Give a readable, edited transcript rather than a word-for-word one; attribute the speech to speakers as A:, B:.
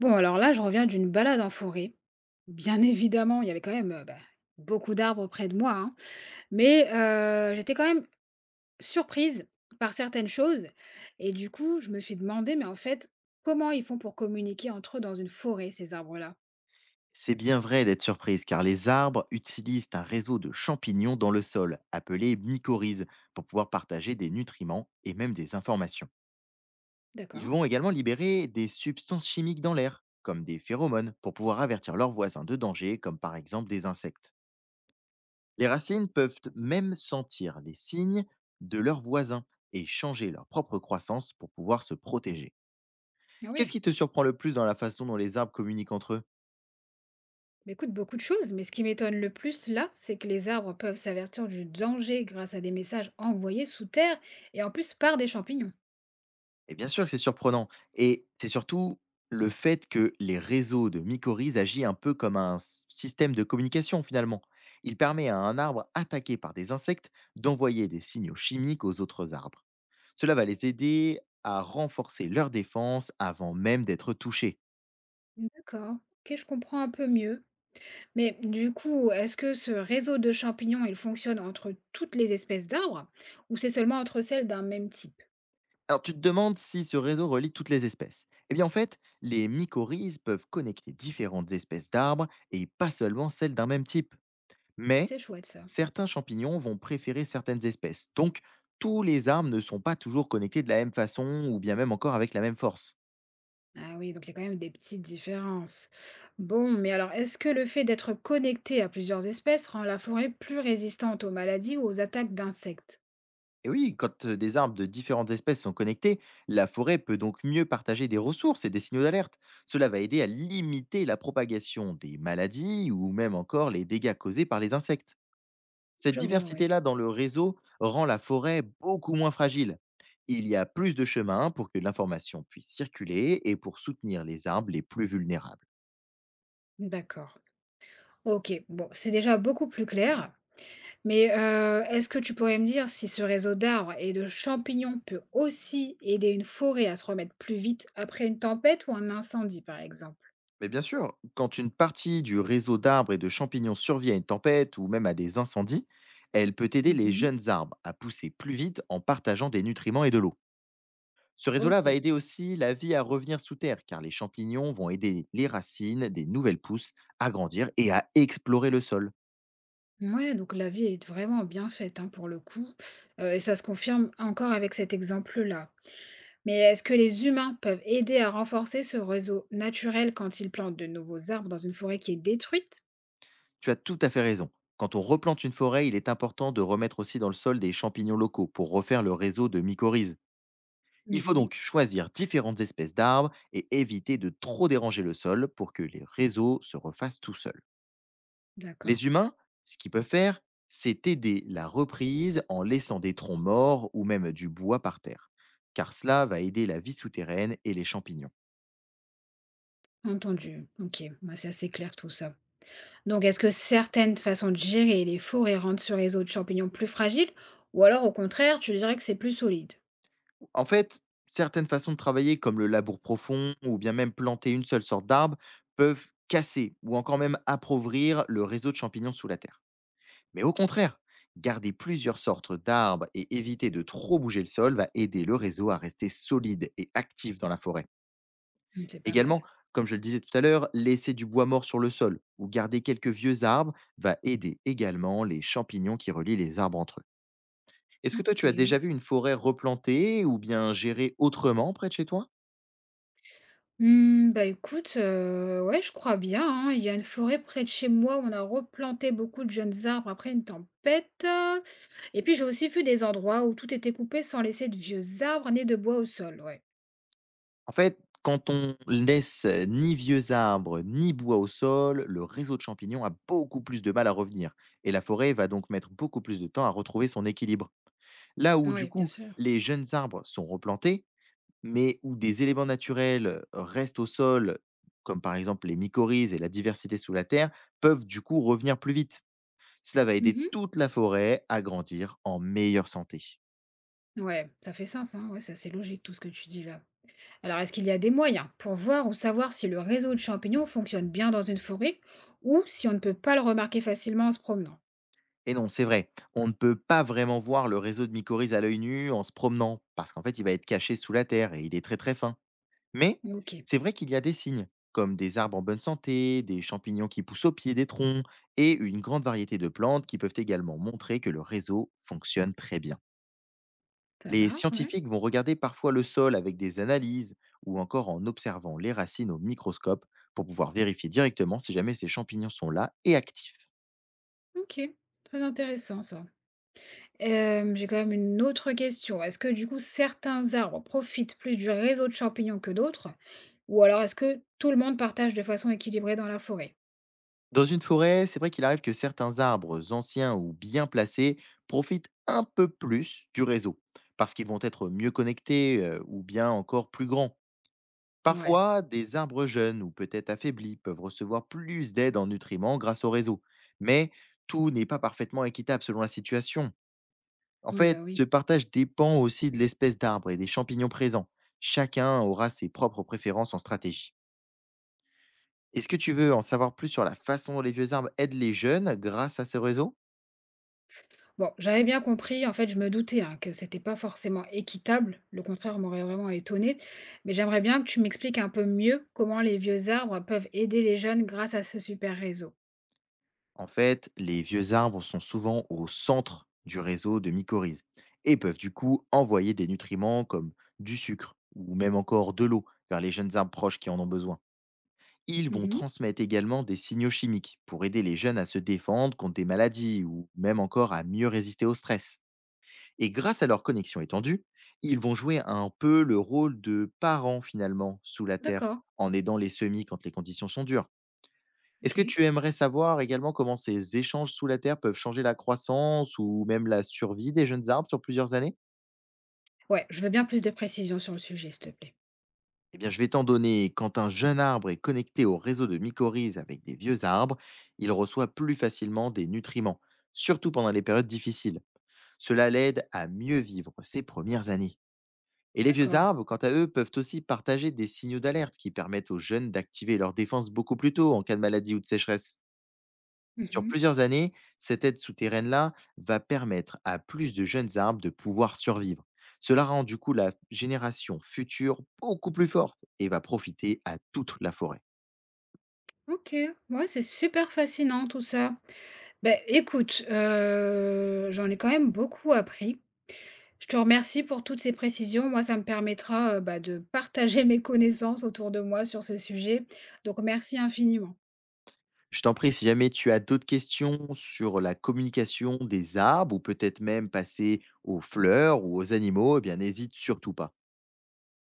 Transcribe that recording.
A: Bon, alors là, je reviens d'une balade en forêt. Bien évidemment, il y avait quand même, bah, beaucoup d'arbres près de moi, hein, mais j'étais quand même surprise par certaines choses et du coup, je me suis demandé, mais en fait, comment ils font pour communiquer entre eux dans une forêt, ces arbres-là?
B: C'est bien vrai d'être surprise car les arbres utilisent un réseau de champignons dans le sol, appelé mycorhizes, pour pouvoir partager des nutriments et même des informations. Ils
A: D'accord.
B: vont également libérer des substances chimiques dans l'air, comme des phéromones, pour pouvoir avertir leurs voisins de dangers, comme par exemple des insectes. Les racines peuvent même sentir les signes de leurs voisins et changer leur propre croissance pour pouvoir se protéger.
A: Ah
B: Qu'est-ce
A: oui.
B: qui te surprend le plus dans la façon dont les arbres communiquent entre eux?
A: Bah, écoute, beaucoup de choses, mais ce qui m'étonne le plus là, c'est que les arbres peuvent s'avertir du danger grâce à des messages envoyés sous terre et en plus par des champignons.
B: Et bien sûr que c'est surprenant, et c'est surtout le fait que les réseaux de mycorhizes agissent un peu comme un s système de communication finalement. Il permet à un arbre attaqué par des insectes d'envoyer des signaux chimiques aux autres arbres. Cela va les aider à renforcer leur défense avant même d'être touchés.
A: D'accord. OK, je comprends un peu mieux. Mais du coup, est-ce que ce réseau de champignons, il fonctionne entre toutes les espèces d'arbres ou c'est seulement entre celles d'un même type?
B: Alors tu te demandes si ce réseau relie toutes les espèces. Eh bien en fait, les mycorhizes peuvent connecter différentes espèces d'arbres et pas seulement celles d'un même type. Mais
A: C'est chouette ça.
B: certains champignons vont préférer certaines espèces. Donc, tous les arbres ne sont pas toujours connectés de la même façon, ou bien même encore avec la même force.
A: Ah oui, donc il y a quand même des petites différences. Bon, mais alors est-ce que le fait d'être connecté à plusieurs espèces rend la forêt plus résistante aux maladies ou aux attaques d'insectes?
B: Et oui, quand des arbres de différentes espèces sont connectés, la forêt peut donc mieux partager des ressources et des signaux d'alerte. Cela va aider à limiter la propagation des maladies ou même encore les dégâts causés par les insectes. Cette
A: Je vois, oui.
B: diversité-là dans le réseau rend la forêt beaucoup moins fragile. Il y a plus de chemins pour que l'information puisse circuler et pour soutenir les arbres les plus vulnérables.
A: D'accord. Ok, bon, c'est déjà beaucoup plus clair. Mais, est-ce que tu pourrais me dire si ce réseau d'arbres et de champignons peut aussi aider une forêt à se remettre plus vite après une tempête ou un incendie, par exemple?
B: Mais bien sûr, quand une partie du réseau d'arbres et de champignons survit à une tempête ou même à des incendies, elle peut aider les
A: Mmh.
B: jeunes arbres à pousser plus vite en partageant des nutriments et de l'eau. Ce réseau-là va
A: OK.
B: aider aussi la vie à revenir sous terre, car les champignons vont aider les racines des nouvelles pousses à grandir et à explorer le sol.
A: Ouais. Donc la vie est vraiment bien faite, hein, pour le coup, et ça se confirme encore avec cet exemple-là. Mais est-ce que les humains peuvent aider à renforcer ce réseau naturel quand ils plantent de nouveaux arbres dans une forêt qui est détruite?
B: Tu as tout à fait raison. Quand on replante une forêt, il est important de remettre aussi dans le sol des champignons locaux pour refaire le réseau de mycorhizes. Il faut
A: Mmh.
B: donc choisir différentes espèces d'arbres et éviter de trop déranger le sol pour que les réseaux se refassent tout seuls.
A: D'accord,
B: Les humains, ce qu'ils peuvent faire, c'est aider la reprise en laissant des troncs morts ou même du bois par terre, car cela va aider la vie souterraine et les champignons.
A: entendu. OK, moi c'est assez clair tout ça. Donc, est-ce que certaines façons de gérer les forêts rendent ce réseau de champignons plus fragile ou alors au contraire, tu dirais que c'est plus solide?
B: En fait, certaines façons de travailler, comme le labour profond ou bien même planter une seule sorte d'arbre, peuvent casser ou encore même appauvrir le réseau de champignons sous la terre. Mais au contraire, garder plusieurs sortes d'arbres et éviter de trop bouger le sol va aider le réseau à rester solide et actif dans la forêt.
A: Mmh, c'est pas
B: Également,
A: mal.
B: comme je le disais tout à l'heure, laisser du bois mort sur le sol ou garder quelques vieux arbres va aider également les champignons qui relient les arbres entre eux. Est-ce que toi tu as
A: OK.
B: déjà vu une forêt replantée ou bien gérée autrement près de chez toi?
A: Mmh, bah, écoute, ouais, je crois bien, hein. Il y a une forêt près de chez moi où on a replanté beaucoup de jeunes arbres après une tempête, et puis j'ai aussi vu des endroits où tout était coupé sans laisser de vieux arbres nés de bois au sol, ouais.
B: En fait, quand on laisse ni vieux arbres ni bois au sol, le réseau de champignons a beaucoup plus de mal à revenir, et la forêt va donc mettre beaucoup plus de temps à retrouver son équilibre. Là où du
A: Ouais, bien
B: coup
A: sûr.
B: les jeunes arbres sont replantés, mais où des éléments naturels restent au sol, comme par exemple les mycorhizes et la diversité sous la terre, peuvent du coup revenir plus vite. Cela va aider
A: Mmh.
B: toute la forêt à grandir en meilleure santé.
A: Ouais, ça fait sens, hein. Ouais, c'est assez logique tout ce que tu dis là. Alors, est-ce qu'il y a des moyens pour voir ou savoir si le réseau de champignons fonctionne bien dans une forêt ou si on ne peut pas le remarquer facilement en se promenant?
B: Et non, c'est vrai. On ne peut pas vraiment voir le réseau de mycorhizes à l'œil nu en se promenant, parce qu'en fait, il va être caché sous la terre et il est très très fin. Mais
A: Ok,
B: c'est vrai qu'il y a des signes, comme des arbres en bonne santé, des champignons qui poussent au pied des troncs, et une grande variété de plantes qui peuvent également montrer que le réseau fonctionne très bien.
A: ça
B: Les
A: va, ouais.
B: scientifiques vont regarder parfois le sol avec des analyses ou encore en observant les racines au microscope pour pouvoir vérifier directement si jamais ces champignons sont là et actifs.
A: Ok, très intéressant ça. J'ai quand même une autre question. Est-ce que du coup certains arbres profitent plus du réseau de champignons que d'autres? Ou alors est-ce que tout le monde partage de façon équilibrée dans la forêt?
B: Dans une forêt, c'est vrai qu'il arrive que certains arbres anciens ou bien placés profitent un peu plus du réseau, parce qu'ils vont être mieux connectés ou bien encore plus grands.
A: Ouais,
B: Parfois, des arbres jeunes ou peut-être affaiblis peuvent recevoir plus d'aide en nutriments grâce au réseau. Mais tout n'est pas parfaitement équitable selon la situation. En
A: oui,
B: fait,
A: bah
B: ce
A: oui.
B: partage dépend aussi de l'espèce d'arbre et des champignons présents. Chacun aura ses propres préférences en stratégie. Est-ce que tu veux en savoir plus sur la façon dont les vieux arbres aident les jeunes grâce à ce réseau?
A: Bon, j'avais bien compris, en fait, je me doutais, hein, que c'était pas forcément équitable, le contraire m'aurait vraiment étonnée, mais j'aimerais bien que tu m'expliques un peu mieux comment les vieux arbres peuvent aider les jeunes grâce à ce super réseau.
B: En fait, les vieux arbres sont souvent au centre du réseau de mycorhizes et peuvent du coup envoyer des nutriments comme du sucre ou même encore de l'eau vers les jeunes arbres proches qui en ont besoin. Ils vont
A: Mhm.
B: transmettre également des signaux chimiques pour aider les jeunes à se défendre contre des maladies ou même encore à mieux résister au stress. Et grâce à leur connexion étendue, ils vont jouer un peu le rôle de parents finalement sous la terre,
A: D'accord,
B: en aidant les semis quand les conditions sont dures. Est-ce
A: ok.
B: que tu aimerais savoir également comment ces échanges sous la terre peuvent changer la croissance ou même la survie des jeunes arbres sur plusieurs années?
A: Ouais, je veux bien plus de précisions sur le sujet, s'il te plaît.
B: Eh bien, je vais t'en donner. Quand un jeune arbre est connecté au réseau de mycorhizes avec des vieux arbres, il reçoit plus facilement des nutriments, surtout pendant les périodes difficiles. Cela l'aide à mieux vivre ses premières années. Et les vieux
A: D'accord.
B: arbres, quant à eux, peuvent aussi partager des signaux d'alerte qui permettent aux jeunes d'activer leurs défenses beaucoup plus tôt en cas de maladie ou de sécheresse. Sur
A: Mhm.
B: plusieurs années, cette aide souterraine-là va permettre à plus de jeunes arbres de pouvoir survivre. Cela rend du coup la génération future beaucoup plus forte et va profiter à toute la forêt.
A: Ok, ouais, c'est super fascinant tout ça. Ben écoute, j'en ai quand même beaucoup appris. Je te remercie pour toutes ces précisions. Moi, ça me permettra, bah, de partager mes connaissances autour de moi sur ce sujet. Donc merci infiniment.
B: Je t'en prie, si jamais tu as d'autres questions sur la communication des arbres ou peut-être même passer aux fleurs ou aux animaux, eh bien n'hésite surtout pas.